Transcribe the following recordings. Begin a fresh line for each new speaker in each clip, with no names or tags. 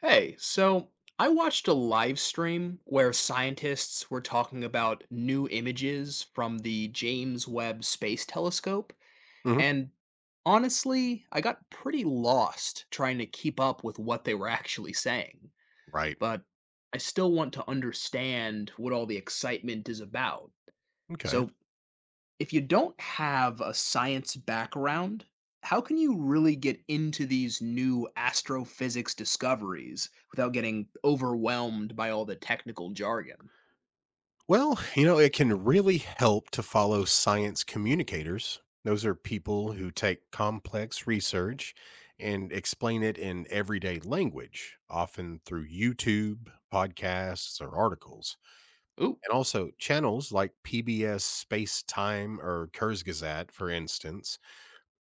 Hey, so I watched a live stream where scientists were talking about new images from the James Webb Space Telescope,
Mhm.
and honestly, I got pretty lost trying to keep up with what they were actually saying.
Right.
But I still want to understand what all the excitement is about.
Okay.
So, if you don't have a science background, how can you really get into these new astrophysics discoveries without getting overwhelmed by all the technical jargon?
It can really help to follow science communicators. Those are people who take complex research and explain it in everyday language, often through YouTube, podcasts, or articles.
Ooh,
And also channels like PBS Space Time or Kurzgesagt, for instance,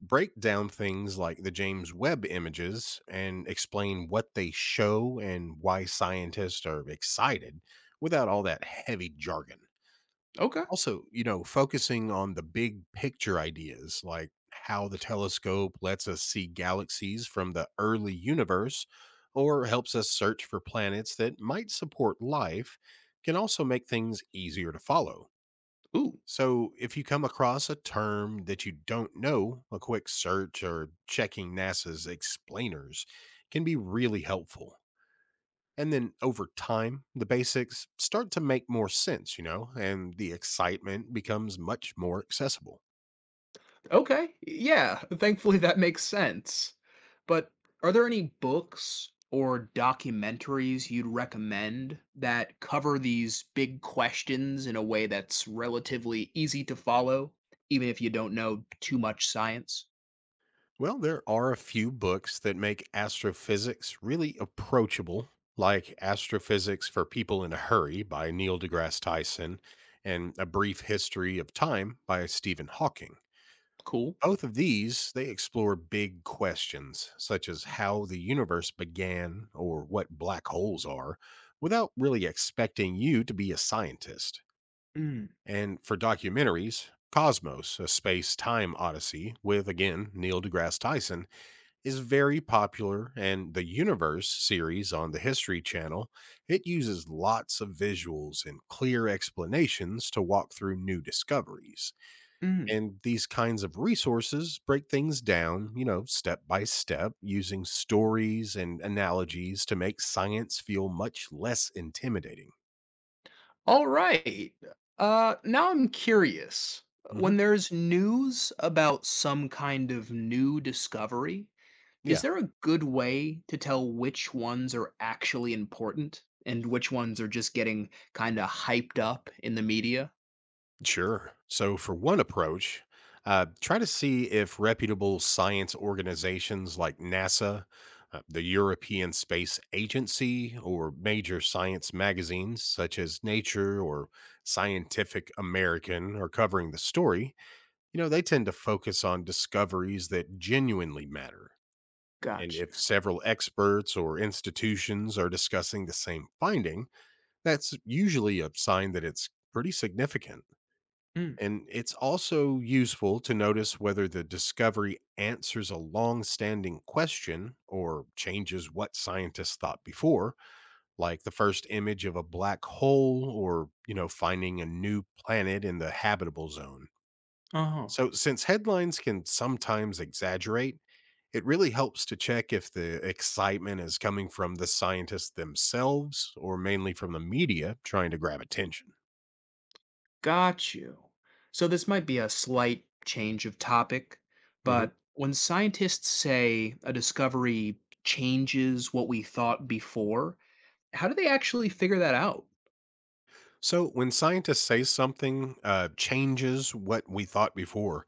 break down things like the James Webb images and explain what they show and why scientists are excited without all that heavy jargon.
okay.
Also, focusing on the big picture ideas like how the telescope lets us see galaxies from the early universe or helps us search for planets that might support life can also make things easier to follow.
Ooh,
So, if you come across a term that you don't know, a quick search or checking NASA's explainers can be really helpful. And then over time, the basics start to make more sense, and the excitement becomes much more accessible.
okay. Yeah, thankfully that makes sense. But are there any books or documentaries you'd recommend that cover these big questions in a way that's relatively easy to follow, even if you don't know too much science?
Well, there are a few books that make astrophysics really approachable, like Astrophysics for People in a Hurry by Neil deGrasse Tyson and A Brief History of Time by Stephen Hawking.
Cool.
Both of these, they explore big questions such as how the universe began or what black holes are without really expecting you to be a scientist.
Mm,
And for documentaries, Cosmos, a space time odyssey with again Neil deGrasse Tyson, is very popular, and the Universe series on the History Channel, it uses lots of visuals and clear explanations to walk through new discoveries.
mm.
And these kinds of resources break things down, step by step, using stories and analogies to make science feel much less intimidating.
All right. Now I'm curious.
Hmm.
When there's news about some kind of new discovery, is
Yeah,
there a good way to tell which ones are actually important and which ones are just getting kind of hyped up in the media?
sure. So, for one approach, try to see if reputable science organizations like NASA, the European Space Agency, or major science magazines such as Nature or Scientific American are covering the story. You know, they tend to focus on discoveries that genuinely matter. And if
Gotcha.
several experts or institutions are discussing the same finding, that's usually a sign that it's pretty significant.
Mm,
And it's also useful to notice whether the discovery answers a long standing question or changes what scientists thought before, like the first image of a black hole or, finding a new planet in the habitable zone.
oh,
So, since headlines can sometimes exaggerate, it really helps to check if the excitement is coming from the scientists themselves or mainly from the media trying to grab attention.
got you. So this might be a slight change of topic,
Mhm.
but when scientists say a discovery changes what we thought before, how do they actually figure that out?
So, when scientists say something changes what we thought before,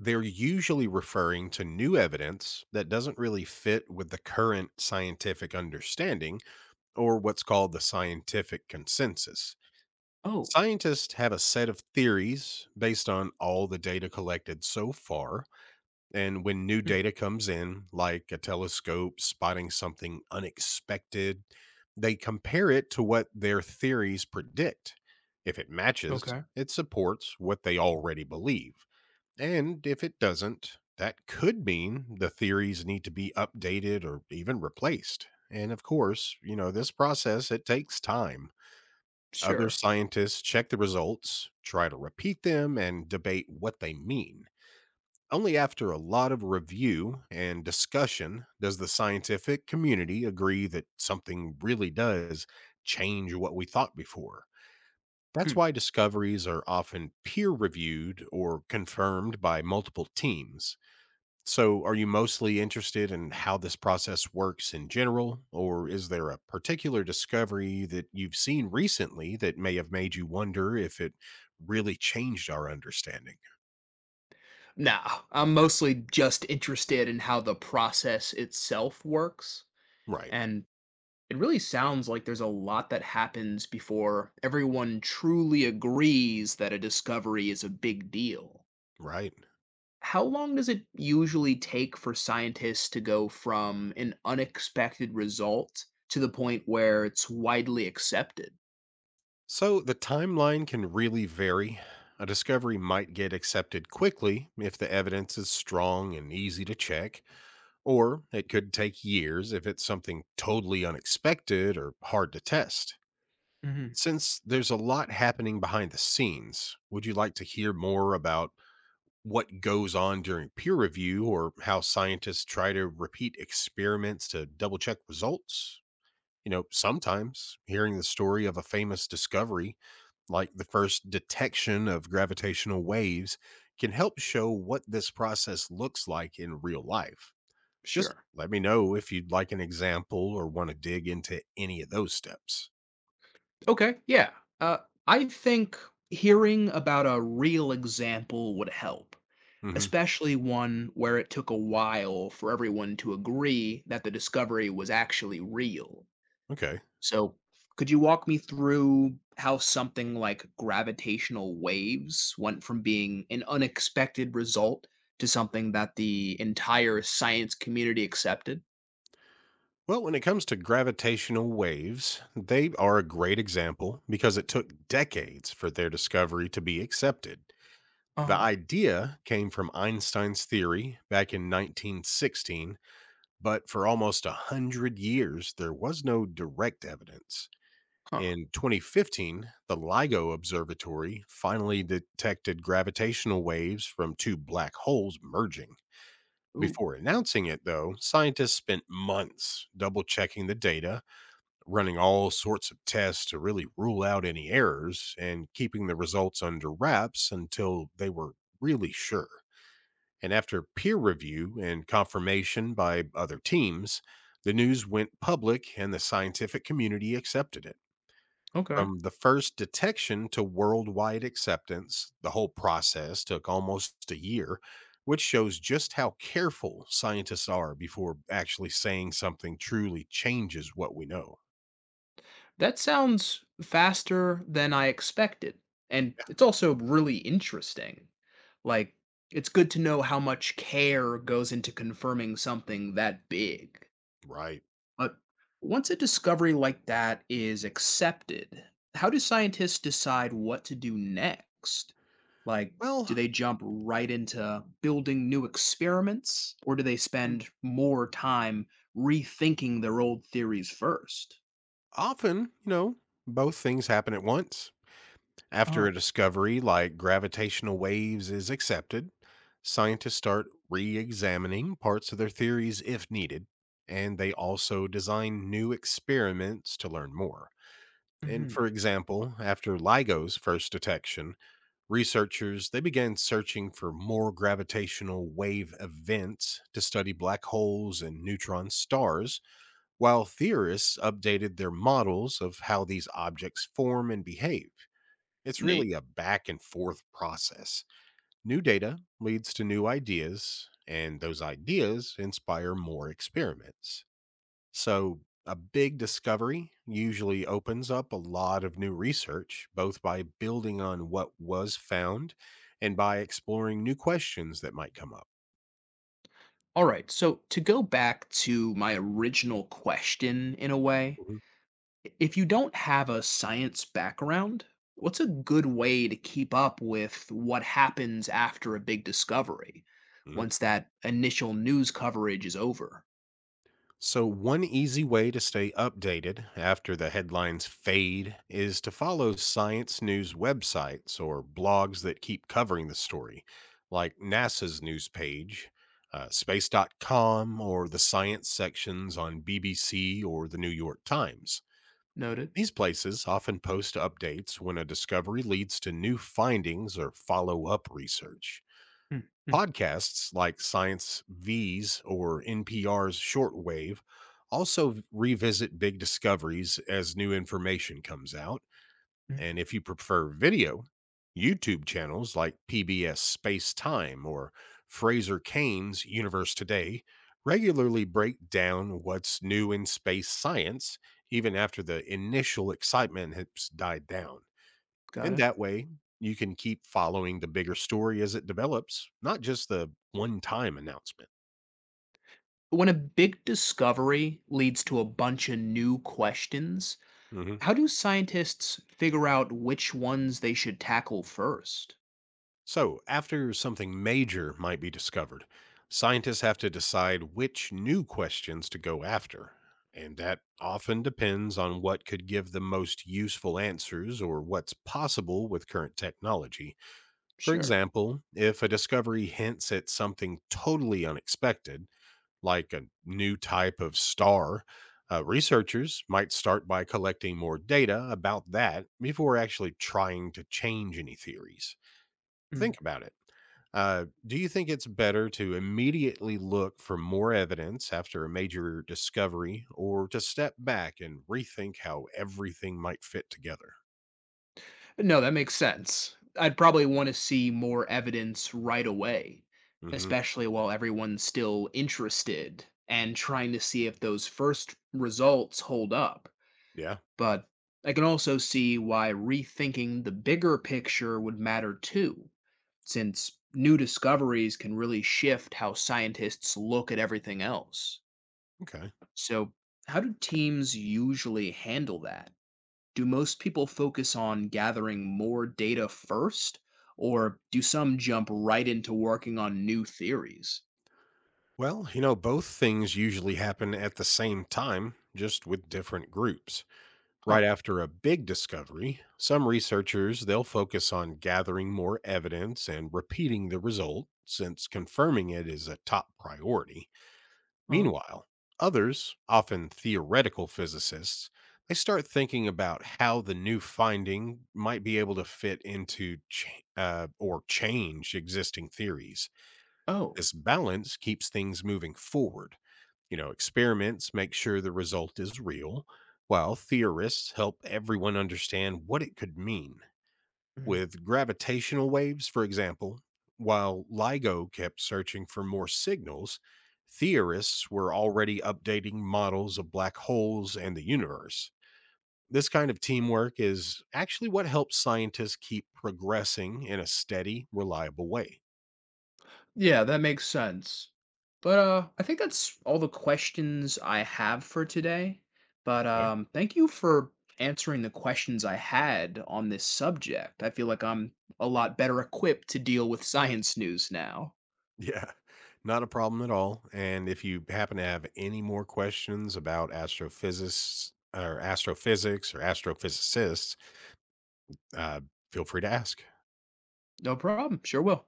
they're usually referring to new evidence that doesn't really fit with the current scientific understanding or what's called the scientific consensus.
Oh,
Scientists have a set of theories based on all the data collected so far. And when new
hmm,
data comes in, like a telescope spotting something unexpected, they compare it to what their theories predict. If it matches,
okay.
it supports what they already believe. And if it doesn't, that could mean the theories need to be updated or even replaced. And of course, this process, it takes time. Other
Sure.
scientists check the results, try to repeat them, and debate what they mean. Only after a lot of review and discussion does the scientific community agree that something really does change what we thought before. That's
Hmm.
why discoveries are often peer reviewed or confirmed by multiple teams. So, are you mostly interested in how this process works in general, or is there a particular discovery that you've seen recently that may have made you wonder if it really changed our understanding?
Nah, I'm mostly just interested in how the process itself works.
Right,
And it really sounds like there's a lot that happens before everyone truly agrees that a discovery is a big deal.
right.
How long does it usually take for scientists to go from an unexpected result to the point where it's widely accepted?
So, the timeline can really vary. A discovery might get accepted quickly if the evidence is strong and easy to check, or it could take years if it's something totally unexpected or hard to test.
Hmm.
Since there's a lot happening behind the scenes, would you like to hear more about what goes on during peer review or how scientists try to repeat experiments to double check results? Sometimes hearing the story of a famous discovery, like the first detection of gravitational waves, can help show what this process looks like in real life. Just
Sure.
let me know if you'd like an example or want to dig into any of those steps.
Okay, yeah. Uh, I think hearing about a real example would help,
Hmm.
especially one where it took a while for everyone to agree that the discovery was actually real.
Okay.
So, could you walk me through how something like gravitational waves went from being an unexpected result to something that the entire science community accepted?
Well, when it comes to gravitational waves, they are a great example because it took decades for their discovery to be accepted.
Uh
The
huh.
idea came from Einstein's theory back in 1916, but for almost a 100 years, there was no direct evidence.
Huh.
In 2015, the LIGO Observatory finally detected gravitational waves from two black holes merging.
Ooh.
Before announcing it, though, scientists spent months double checking the data, running all sorts of tests to really rule out any errors and keeping the results under wraps until they were really sure. And after peer review and confirmation by other teams, the news went public and the scientific community accepted it.
Okay.
From the first detection to worldwide acceptance, the whole process took almost a year, which shows just how careful scientists are before actually saying something truly changes what we know.
That sounds faster than I expected. And
Yeah,
it's also really interesting. Like, it's good to know how much care goes into confirming something that big.
right.
But once a discovery like that is accepted, how do scientists decide what to do next? Like, do
Well,
they jump right into building new experiments, or do they
mm,
spend more time rethinking their old theories first?
often, you know, both things happen at once. After
Uh,
a discovery like gravitational waves is accepted, scientists start re examining parts of their theories if needed, and they also design new experiments to learn more. And
mhm.
for example, after LIGO's first detection, researchers they began searching for more gravitational wave events to study black holes and neutron stars while theorists updated their models of how these objects form and behave. It's
Neat.
really a back and forth process. New data leads to new ideas, and those ideas inspire more experiments. So, a big discovery usually opens up a lot of new research, both by building on what was found and by exploring new questions that might come up.
All right. So to go back to my original question, in a way,
Mhm.
if you don't have a science background, what's a good way to keep up with what happens after a big discovery
Mhm.
once that initial news coverage is over?
So, one easy way to stay updated after the headlines fade is to follow science news websites or blogs that keep covering the story, like NASA's news page, space.com, or the science sections on BBC or the New York Times.
Noted.
These places often post updates when a discovery leads to new findings or follow up research.
Mm, mm,
Podcasts like Science V's or NPR's Shortwave also revisit big discoveries as new information comes out. And
mm.
if you prefer video, YouTube channels like PBS Space Time or Fraser Cain's Universe Today regularly break down what's new in space science, even after the initial excitement has died down.
Got
And
it.
that way, you can keep following the bigger story as it develops, not just the one time announcement.
When a big discovery leads to a bunch of new questions,
Hmm.
how do scientists figure out which ones they should tackle first?
So, after something major might be discovered, scientists have to decide which new questions to go after. And that often depends on what could give the most useful answers or what's possible with current technology. For
Sure.
example, if a discovery hints at something totally unexpected, like a new type of star, researchers might start by collecting more data about that before actually trying to change any theories. Think about it. Do you think it's better to immediately look for more evidence after a major discovery or to step back and rethink how everything might fit together?
No, that makes sense. I'd probably want to see more evidence right away,
Hmm.
especially while everyone's still interested and trying to see if those first results hold up.
Yeah.
But I can also see why rethinking the bigger picture would matter too, since new discoveries can really shift how scientists look at everything else.
Okay.
So, how do teams usually handle that? Do most people focus on gathering more data first, or do some jump right into working on new theories?
Both things usually happen at the same time, just with different groups. Right
Huh.
after a big discovery, some researchers they'll focus on gathering more evidence and repeating the result since confirming it is a top priority.
Uh-huh.
Meanwhile, others, often theoretical physicists, they start thinking about how the new finding might be able to fit into or change existing theories.
Oh.
This balance keeps things moving forward, experiments make sure the result is real, while theorists help everyone understand what it could mean.
Mhm.
With gravitational waves, for example, while LIGO kept searching for more signals, theorists were already updating models of black holes and the universe. This kind of teamwork is actually what helps scientists keep progressing in a steady, reliable way.
Yeah, that makes sense. But I think that's all the questions I have for today. But
Okay.
thank you for answering the questions I had on this subject. I feel like I'm a lot better equipped to deal with science news now.
Yeah, not a problem at all. And if you happen to have any more questions about astrophysics or astrophysics or astrophysicists, uh, feel free to ask.
No problem. Sure will.